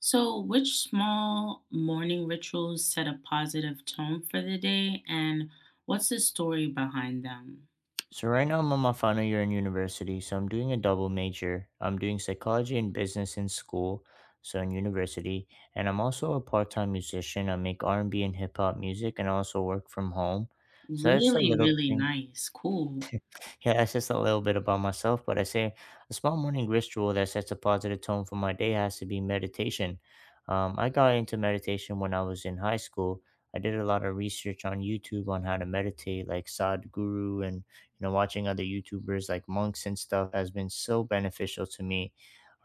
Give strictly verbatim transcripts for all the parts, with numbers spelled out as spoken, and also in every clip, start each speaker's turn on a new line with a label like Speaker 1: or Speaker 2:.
Speaker 1: So, which small morning rituals set a positive tone for the day, and what's the story behind them?
Speaker 2: So right now I'm on my final year in university, so I'm doing a double major. I'm doing psychology and business in school, so in university, and I'm also a part-time musician. I make R and B and B and hip hop music and I also work from home. So that's a
Speaker 1: Really,
Speaker 2: little
Speaker 1: really
Speaker 2: thing,
Speaker 1: nice. Cool.
Speaker 2: yeah, that's just a little bit about myself, but I say a small morning ritual that sets a positive tone for my day has to be meditation. Um, I got into meditation when I was in high school. I did a lot of research on YouTube on how to meditate, like Sadhguru, and you know, watching other YouTubers like monks and stuff has been so beneficial to me.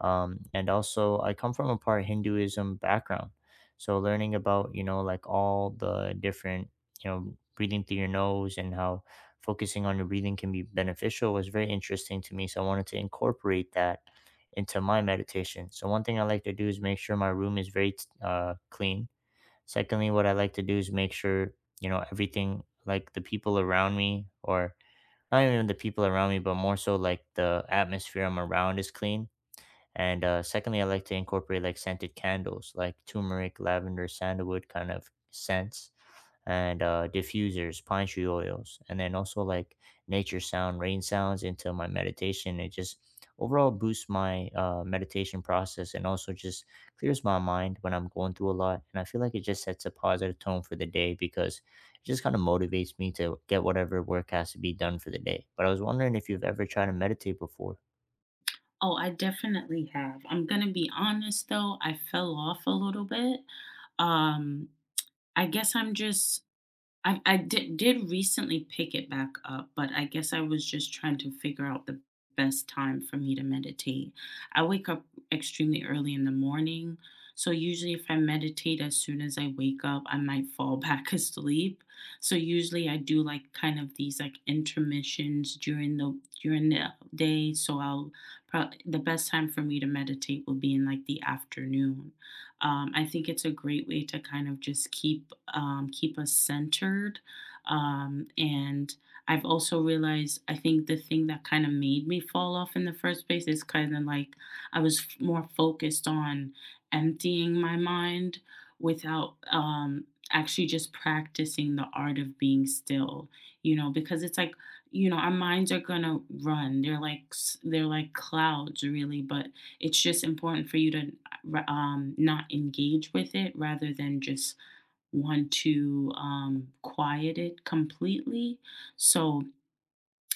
Speaker 2: Um, and also, I come from a part Hinduism background, so learning about, you know, like all the different, you know, breathing through your nose and how focusing on your breathing can be beneficial was very interesting to me. So I wanted to incorporate that into my meditation. So one thing I like to do is make sure my room is very t- uh, clean. Secondly, what I like to do is make sure, you know, everything, like the people around me, or not even the people around me, but more so like the atmosphere I'm around is clean. And uh, secondly, I like to incorporate like scented candles, like turmeric, lavender, sandalwood kind of scents and uh, diffusers, pine tree oils, and then also like nature sound, rain sounds into my meditation. It just overall boosts my uh, meditation process and also just clears my mind when I'm going through a lot. And I feel like it just sets a positive tone for the day because it just kind of motivates me to get whatever work has to be done for the day. But I was wondering if you've ever tried to meditate before.
Speaker 1: Oh, I definitely have. I'm gonna be honest though, I fell off a little bit. Um, I guess I'm just I I did did recently pick it back up, but I guess I was just trying to figure out the best time for me to meditate. I wake up extremely early in the morning, so usually if I meditate as soon as I wake up, I might fall back asleep. So usually I do like kind of these like intermissions during the during the day, so I'll probably the best time for me to meditate will be in like the afternoon. Um, I think it's a great way to kind of just keep um, keep us centered. Um, and I've also realized I think the thing that kind of made me fall off in the first place is kind of like I was f- more focused on emptying my mind without um, actually just practicing the art of being still. You know, because it's like you know our minds are gonna run. They're like s- they're like clouds, really. But it's just important for you to um, not engage with it rather than just want to um, quiet it completely. So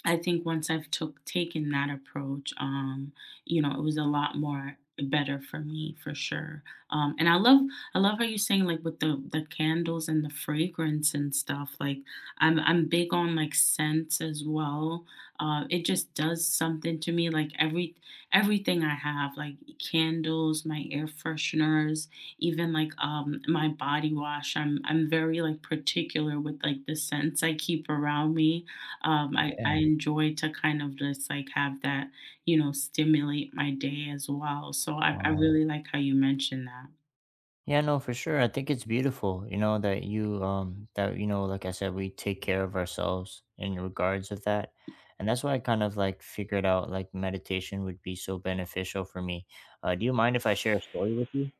Speaker 1: I think once I've took taken that approach, um, you know, it was a lot more better for me for sure. Um, and I love I love how you're saying like with the the candles and the fragrance and stuff. Like I'm I'm big on like scents as well. Uh, it just does something to me. Like every everything I have, like candles, my air fresheners, even like um my body wash. I'm I'm very like particular with like the scents I keep around me, um, I, I
Speaker 2: Yeah.
Speaker 1: enjoy to kind of just like have that, you know, stimulate my day as well. So I, I
Speaker 2: Wow.
Speaker 1: really like how you mentioned that.
Speaker 2: Yeah, no, for sure. I think it's beautiful, you know, that you um that you know, like I said, we take care of ourselves in regards of that. And that's why I kind of like figured out like meditation would be so beneficial for me. Uh, do you mind if I share a story with you?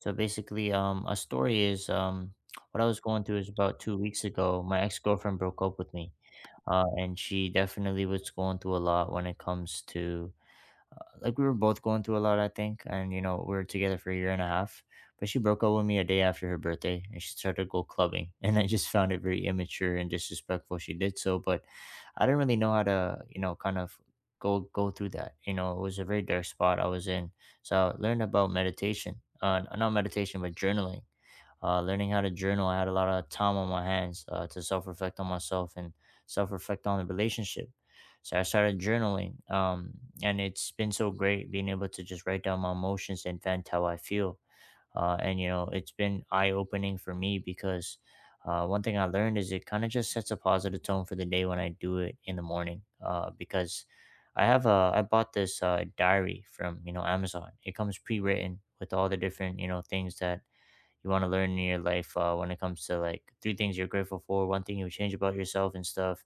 Speaker 2: So basically, um, a story is um what I was going through is about two weeks ago. My ex girlfriend broke up with me, uh, and she definitely was going through a lot when it comes to like we were both going through a lot, I think, and you know we were together for a year and a half. But she broke up with me a day after her birthday, and she started to go clubbing, and I just found it very immature and disrespectful. She did so, but I didn't really know how to, you know, kind of go go through that. You know, it was a very dark spot I was in, so I learned about meditation, uh, not meditation, but journaling, uh, learning how to journal. I had a lot of time on my hands uh, to self reflect on myself and self reflect on the relationship. So I started journaling, um, and it's been so great being able to just write down my emotions and vent how I feel. Uh, and you know, it's been eye opening for me because, uh, one thing I learned is it kind of just sets a positive tone for the day when I do it in the morning. Uh, because I have a I bought this uh, diary from, you know, Amazon. It comes pre written with all the different, you know, things that you want to learn in your life uh, when it comes to like three things you're grateful for, one thing you would change about yourself and stuff.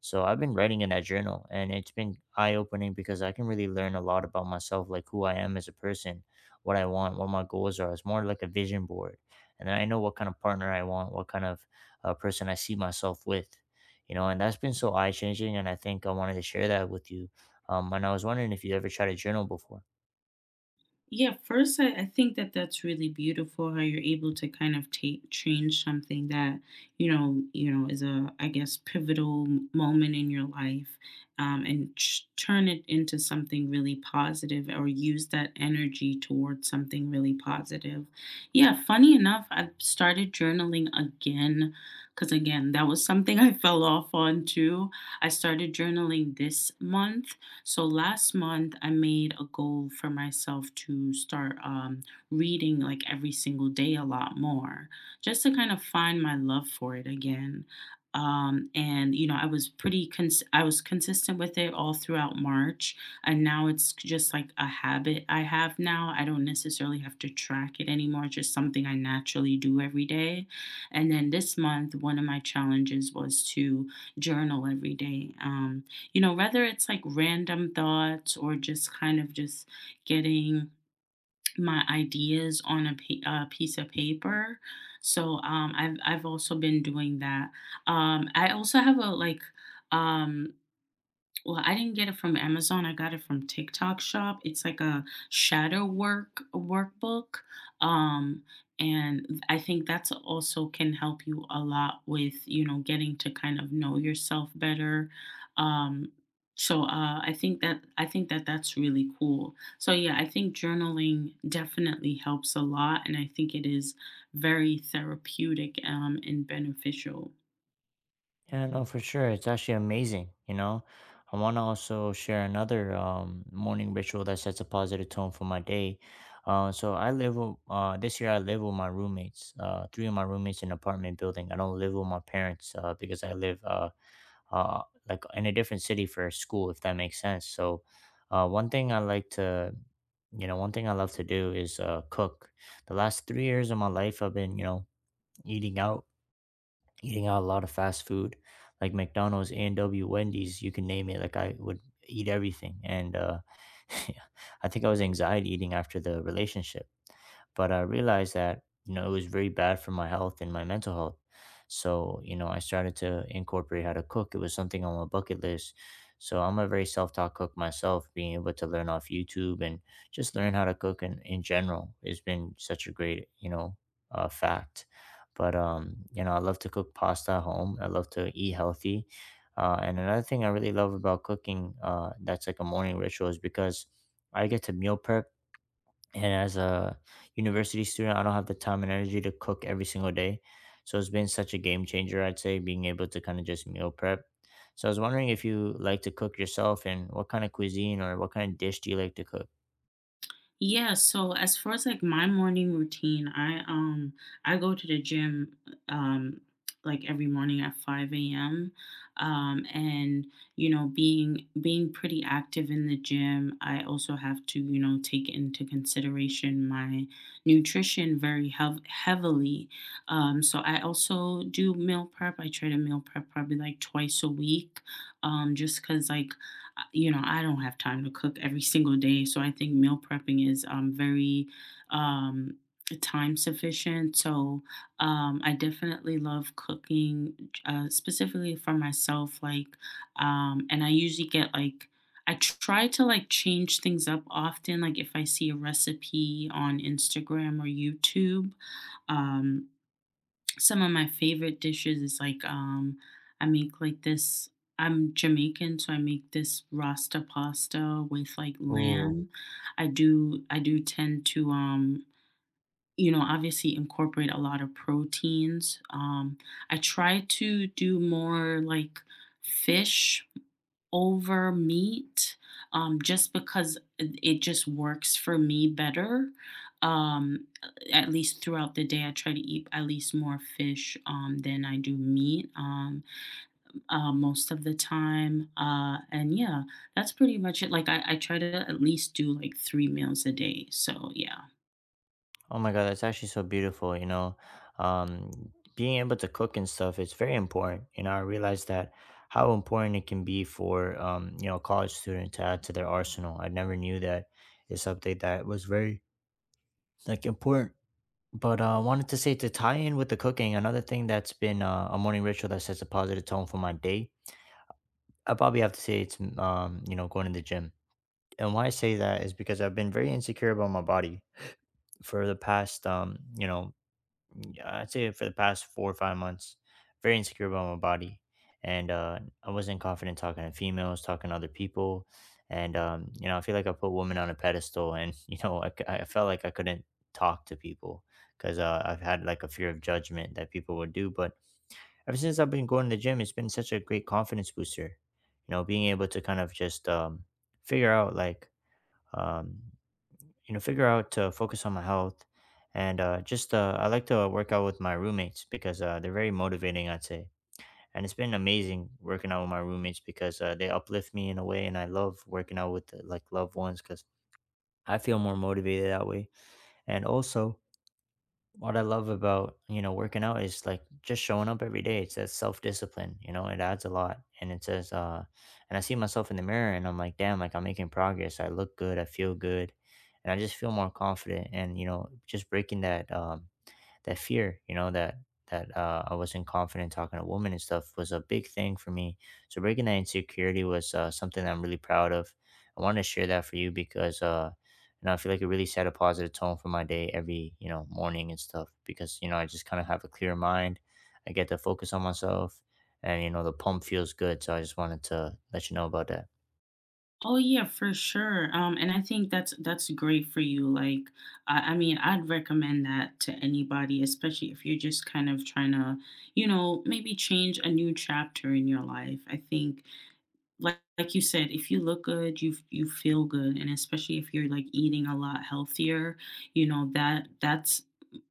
Speaker 2: So I've been writing in that journal and it's been eye opening because I can really learn a lot about myself, like who I am as a person, what I want, what my goals are. It's more like a vision board. And then I know what kind of partner I want, what kind of uh, person I see myself with, you know, and that's been so eye changing. And I think I wanted to share that with you. Um, and I was wondering if you ever tried a journal before.
Speaker 1: Yeah, first, I, I think that that's really beautiful how you're able to kind of take change something that you know you know is a I guess pivotal m- moment in your life, um, and ch- turn it into something really positive or use that energy towards something really positive. Yeah, funny enough, I've started journaling again because again that was something I fell off on too. I started journaling this month, so last month, I made a goal for myself to start um, reading like every single day a lot more, just to kind of find my love for it again. Um, and you know, I was pretty cons- I was consistent with it all throughout March, and now it's just like a habit I have now. I don't necessarily have to track it anymore; it's just something I naturally do every day. And then this month, one of my challenges was to journal every day. Um, you know, whether it's like random thoughts or just kind of just getting my ideas on a, pa- a piece of paper. So um, I've I've also been doing that. Um, I also have a like um, well, I didn't get it from Amazon. I got it from TikTok Shop. It's like a shadow work workbook. Um, and th- I think that's also can help you a lot with, you know, getting to kind of know yourself better. Um, so uh, I think that I think that that's really cool. So yeah, I think journaling definitely helps a lot, and I think it is very therapeutic, um, and beneficial.
Speaker 2: Yeah, no, for sure. It's actually amazing, you know. I want to also share another um, morning ritual that sets a positive tone for my day. Uh, so I live with, uh, this year I live with my roommates, uh, three of my roommates in an apartment building. I don't live with my parents uh, because I live uh, uh, like in a different city for school, if that makes sense. So uh, one thing I like to, you know, one thing I love to do is uh, cook. The last three years of my life, I've been, you know, eating out eating out a lot of fast food like McDonald's, A and W, Wendy's, you can name it. Like I would eat everything. And uh, I think I was anxiety eating after the relationship, but I realized that you know it was very bad for my health and my mental health. So you know I started to incorporate how to cook. It was something on my bucket list. So I'm a very self-taught cook myself. Being able to learn off YouTube and just learn how to cook in, in general has been such a great, you know, uh, fact. But um, you know I love to cook pasta at home. I love to eat healthy. Uh, and another thing I really love about cooking, uh, that's like a morning ritual is because I get to meal prep and as a university student I don't have the time and energy to cook every single day, so it's been such a game changer, I'd say, being able to kind of just meal prep. So I was wondering if you like to cook yourself and what kind of cuisine or what kind of dish do you like to cook.
Speaker 1: Yeah, so as far as like my morning routine, I um I go to the gym um like every morning at five a m. Um and you know being being pretty active in the gym, I also have to, you know, take into consideration my nutrition very heav- heavily. Um so I also do meal prep. I try to meal prep probably like twice a week. Um just cuz like you know, I don't have time to cook every single day. So I think meal prepping is um, very um, time sufficient. So um, I definitely love cooking, uh, specifically for myself. Like, um, and I usually get like, I try to like change things up often. Like, if I see a recipe on Instagram or YouTube, um, some of my favorite dishes is like, um, I make like this. I'm Jamaican, so I make this rasta pasta with like Mm.
Speaker 2: Oh.
Speaker 1: lamb. I do I do tend to um you know obviously incorporate a lot of proteins. Um, I try to do more like fish over meat, um, just because it it just works for me better. Um, at least throughout the day, I try to eat at least more fish, um, than I do meat, um, uh, most of the time. Uh, and yeah, that's pretty much it. Like, I, I try to at least do like three meals a day. So, yeah.
Speaker 2: Oh my god, that's actually so beautiful, you know. um Being able to cook and stuff, it's very important, you know, I realized that how important it can be for, um you know, a college student to add to their arsenal. I never knew that it's something that was very like important. But uh, I wanted to say, to tie in with the cooking, another thing that's been uh, a morning ritual that sets a positive tone for my day. I probably have to say it's mm, um, you know, going to the gym, and why I say that is because I've been very insecure about my body for the past, um, you know Mm, yeah, I'd say for the past four or five months, very insecure about my body, and uh, I wasn't confident talking to females, talking to other people, and um, you know, I feel like I put women on a pedestal, and you know, I, c- I felt like I couldn't talk to people because uh, I've had like a fear of judgment that people would do. But ever since I've been going to the gym, it's been such a great confidence booster. You know, being able to kind of just, um, figure out like. Um, you know, figure out to focus on my health and, uh, just uh, I like to work out with my roommates because uh, they're very motivating, I'd say, and it's been amazing working out with my roommates because uh, they uplift me in a way, and I love working out with, uh, like, loved ones because I feel more motivated that way. And also, what I love about, you know, working out is like just showing up every day. It says self discipline, you know, it adds a lot. And it says, uh, and I see myself in the mirror and I'm like, damn, like I'm making progress. I look good. I feel good. And I just feel more confident. And, you know, just breaking that, um, that fear, you know, that that uh, I wasn't confident talking to women and stuff was a big thing for me. So breaking that insecurity was uh, something that I'm really proud of. I wanted to share that for you because, uh you know, I feel like it really set a positive tone for my day every, you know, morning and stuff because, you know, I just kind of have a clear mind. I get to focus on myself, and you know the pump feels good, so I just wanted to let you know about that.
Speaker 1: Oh yeah, for sure. Um, and I think that's that's great for you. Like, I, I mean, I'd recommend that to anybody, especially if you're just kind of trying to, you know, maybe change a new chapter in your life. I think like like you said, if you look good, you f you feel good, and especially if you're, like, eating a lot healthier, you know, that that's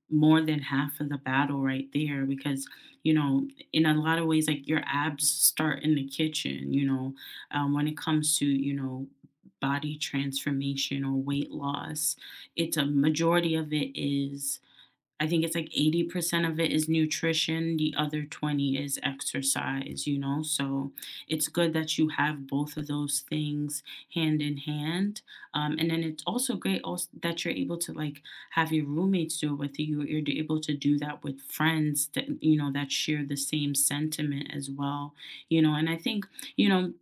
Speaker 1: more than half of the battle right there because, you know, in a lot of ways, like, your abs start in the kitchen, you know, um, when it comes to, you know, body transformation or weight loss, it's a majority of it is I think it's like eighty percent of it is nutrition, the other twenty is exercise, you know? So it's good that you have both of those things hand in hand. Um, and then it's also great also that you're able to like have your roommates do it with you. You're able to do that with friends that, you know, that share the same sentiment as well, you know? And I think, you know,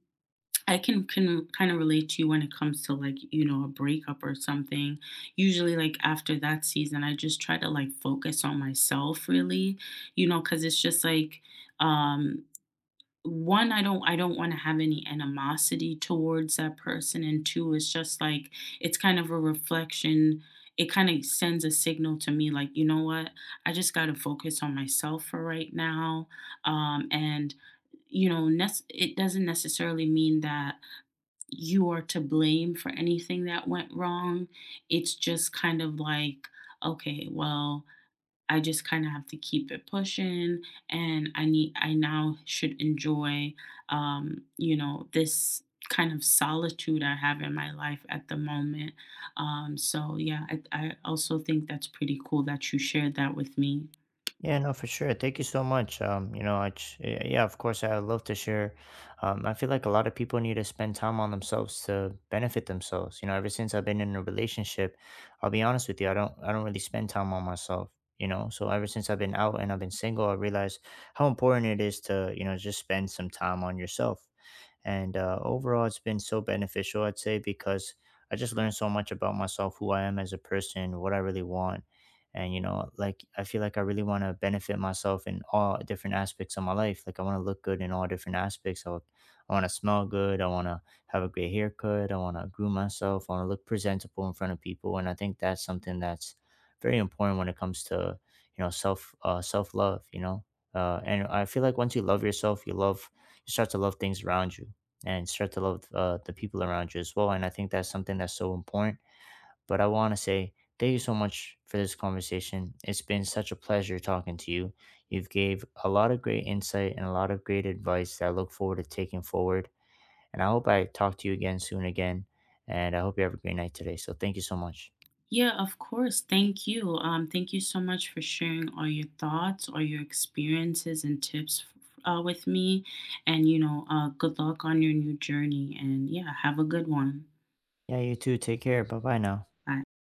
Speaker 1: I can can kind of relate to you when it comes to like, you know, a breakup or something. Usually like after that season, I just try to like focus on myself really, you know, cuz it's just like um one I don't I don't want to have any animosity towards that person and two it's just like it's kind of a reflection, it kind of sends a signal to me like you know what, I just got to focus on myself for right now, um and you know nec- it doesn't necessarily mean that you are to blame for anything that went wrong. It's just kind of like, okay, well, I just kind of have to keep it pushing and I need I now should enjoy, um, you know, this kind of solitude I have in my life at the moment. Um, so yeah, I, I also think that's pretty cool that you shared that with me.
Speaker 2: Yeah, no, for sure. Thank you so much. Um, you know, I yeah, yeah, of course, I love to share. Um, I feel like a lot of people need to spend time on themselves to benefit themselves. You know, ever since I've been in a relationship, I'll be honest with you, I don't, I don't really spend time on myself. You know, so ever since I've been out and I've been single, I realized how important it is to, you know, just spend some time on yourself. And uh, overall, it's been so beneficial, I'd say, because I just learned so much about myself, who I am as a person, what I really want. And, you know, like I feel like I really want to benefit myself in all different aspects of my life. Like I want to look good in all different aspects. I, I want to smell good. I want to have a great haircut. I want to groom myself. I want to look presentable in front of people. And I think that's something that's very important when it comes to, you know, self, uh, self love, you know? Uh, and I feel like once you love yourself, you love, you start to love things around you and start to love, uh, the people around you as well. And I think that's something that's so important. But I want to say thank you so much for this conversation. It's been such a pleasure talking to you. You've gave a lot of great insight and a lot of great advice that I look forward to taking forward. And I hope I talk to you again soon again. And I hope you have a great night today. So thank you so much.
Speaker 1: Yeah, of course. Thank you. Um, thank you so much for sharing all your thoughts, all your experiences and tips, uh, with me. And, you know, uh, good luck on your new journey. And yeah, have a good one.
Speaker 2: Yeah, you too. Take care. Bye bye now.
Speaker 1: Bye.